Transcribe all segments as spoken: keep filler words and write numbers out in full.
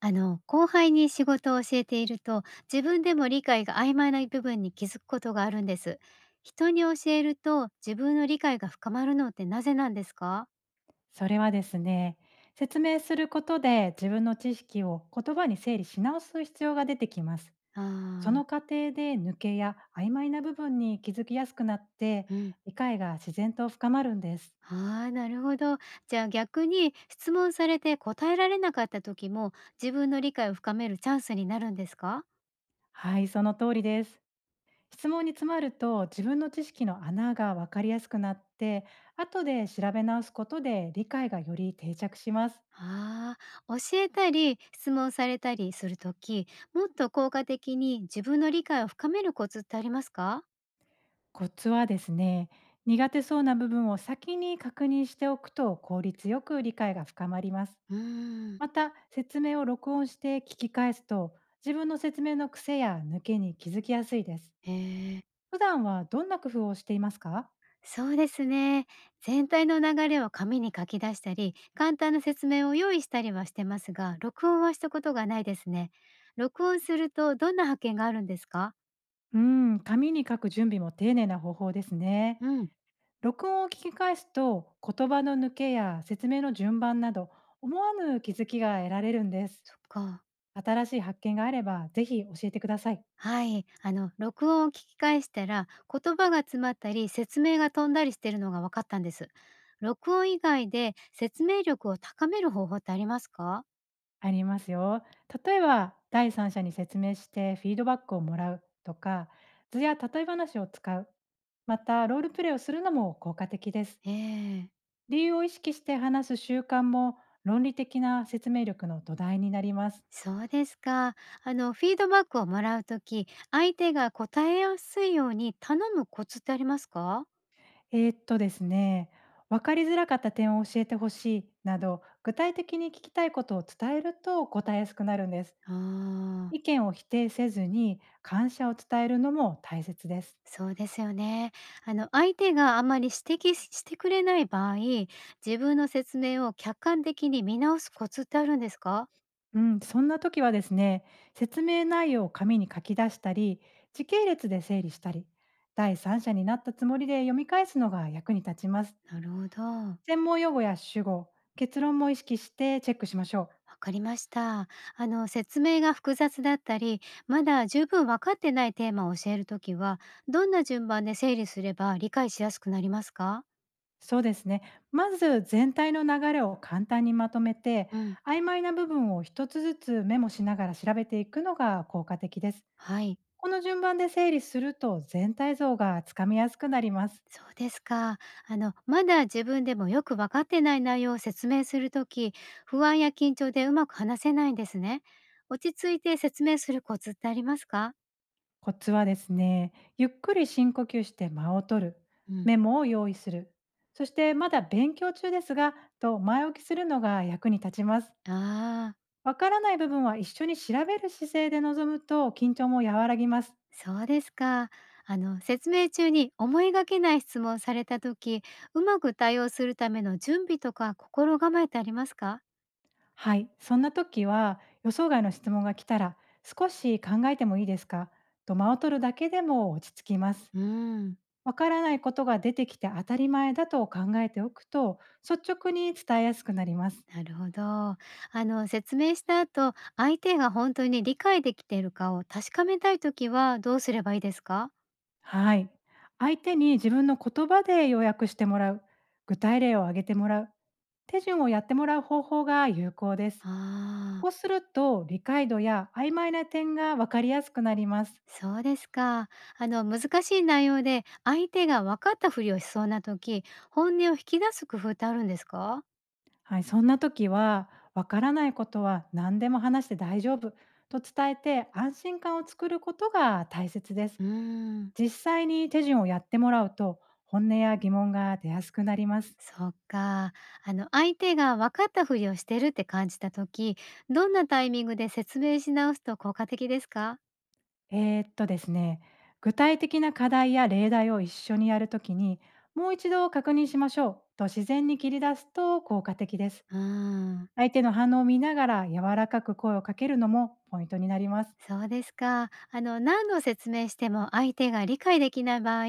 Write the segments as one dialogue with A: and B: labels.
A: あの、後輩に仕事を教えていると、自分でも理解が曖昧な部分に気づくことがあるんです。人に教えると、自分の理解が深まるのってなぜなんですか？
B: それはですね、説明することで自分の知識を言葉に整理し直す必要が出てきます。その
A: ああ
B: 過程で抜けや曖昧な部分に気づきやすくなって、
A: ー、うん。
B: 理解が自然と深まるんです。
A: ああ、なるほど。じゃあ逆に、質問されて答えられなかった時も、自分の理解を深めるチャンスになるんですか？
B: はい、その通りです。質問に詰まると自分の知識の穴がわかりやすくなって、後で調べ直すことで理解がより定着します。
A: ああー、教えたり、質問されたりする時、もっと効果的に自分の理解を深めるコツってありますか？
B: コツはですね、苦手そうな部分を先に確認しておくと効率よく理解が深まります。
A: うーん。
B: また、説明を録音して聞き返すと、自分の説明の癖や抜けに気づきやすいです。
A: へえ。
B: 普段はどんな工夫をしていますか？
A: そうですね。全体の流れを紙に書き出したり、簡単な説明を用意したりはしてますが、録音はしたことがないですね。録音するとどんな発見があるんですか？
B: うーん、紙に書く準備も丁寧な方法ですね。
A: うん、
B: 録音を聞き返すと、言葉の抜けや説明の順番など、思わぬ気づきが得られるんです。
A: そっか。
B: 新しい発見があれば、ぜひ教えてください。
A: はい。あの、録音を聞き返したら、言葉が詰まったり、説明が飛んだりしてるのが分かったんです。録音以外で説明力を高める方法ってありますか？
B: ありますよ。例えば、第三者に説明してフィードバックをもらうとか、図や例え話を使う。また、ロールプレイをするのも効果的です。
A: ええ。
B: 理由を意識して話す習慣も論理的な説明力の土台になります。
A: そうですか。あの、フィードバックをもらうとき、相手が答えやすいように頼むコツってありますか？
B: えーっとですね、分かりづらかった点を教えてほしいなど、具体的に聞きたいことを伝えると答えやすくなるんです。
A: あ
B: 意
A: あ、
B: 見を否定せずに感謝を伝えるのも大切です。
A: そうですよね。あの、相手があまり指摘ししてくれない場合、自分の説明を客観的に見直すコツってあるんですか？
B: うん、そんな時はですね、説明内容を紙に書き出したり、時系列で整理したり、第三者になったつもりで読み返すのが役に立ちます。
A: なるほど。
B: 専門用語や主語、結論も意識してチェックしましょう。
A: わかりました。あの、説明が複雑だったり、まだ十分分かってないテーマを教えるときは、どんな順番で整理すれば理解しやすくなりますか？
B: そうですね。まず全体の流れを簡単にまとめて、
A: うん。
B: 曖昧な部分を一つずつメモしながら調べていくのが効果的です。
A: はい。
B: この順番で整理すると全体像がつかみやすくなります。
A: そうですか。あの、まだ自分でもよく分かってない内容を説明するとき、不安や緊張でうまく話せないんですね。落ち着いて説明するコツってありますか？
B: コツはですね、ゆっくり深呼吸して間を取る、
A: うん。
B: メモを用意する、そしてまだ勉強中ですが、と前置きするのが役に立ちます。
A: ああ、
B: わからない部分は一緒に調べる姿勢で臨むと緊張も和らぎます。
A: そうですか。あの、説明中に思いがけない質問をされたとき、うまく対応するための準備とか心構えってありますか？
B: はい、そんな時は予想外の質問が来たら少し考えてもいいですかと間を取るだけでも落ち着きます。
A: うん。
B: わからないことが出てきて当たり前だと考えておくと率直に伝えやすくなります。
A: なるほど。あの、説明した後、相手が本当に理解できているかを確かめたいときはどうすればいいですか？
B: はい、相手に自分の言葉で要約してもらう、具体例を挙げてもらう、手順をやってもらう方法が有効です。
A: ああ、
B: こうすると、理解度や曖昧な点が分かりやすくなります。
A: そうですか。あの、難しい内容で相手が分かったふりをしそうな時、本音を引き出す工夫ってあるんですか？
B: はい、そんな時は、分からないことは何でも話して大丈夫と伝えて安心感を作ることが大切で
A: う
B: す。
A: ーん。
B: 実際に手順をやってもらうと、本音や疑問が出やすくなります。
A: そっか。あの、相手が分かったふりをしてるって感じた時、どんなタイミングで説明し直すと効果的ですか？
B: えー、っとですね、具体的な課題や例題を一緒にやるときに、もう一度確認しましょうと自然に切り出すと効果的です。
A: うーん。
B: 相手の反応を見ながら柔らかく声をかけるのもポイントになります。
A: そうですか。あの、何度説明しても相手が理解できない場合、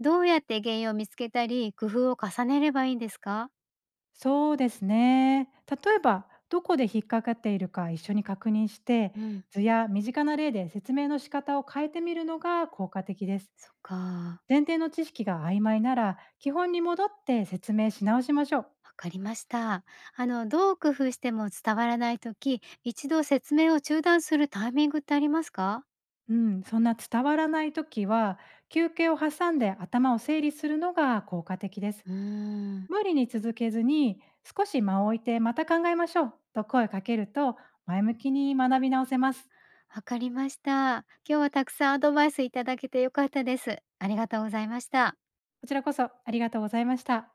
A: どうやって原因を見つけたり、工夫を重ねればいいんですか？
B: そうですね。例えば、どこで引っかかっているか一緒に確認して、
A: うん。
B: 図や身近な例で説明の仕方を変えてみるのが効果的です。
A: そっか。
B: 前提の知識が曖昧なら、基本に戻って説明し直しましょう。
A: わかりました。あの、どう工夫しても伝わらないとき、一度説明を中断するタイミングってありますか？
B: うん、そんな伝わらないときは、休憩を挟んで頭を整理するのが効果的です。
A: うーん、
B: 無理に続けずに、少し間を置いてまた考えましょうと声をかけると、前向きに学び直せます。
A: わかりました。今日はたくさんアドバイスいただけてよかったです。ありがとうございました。
B: こちらこそありがとうございました。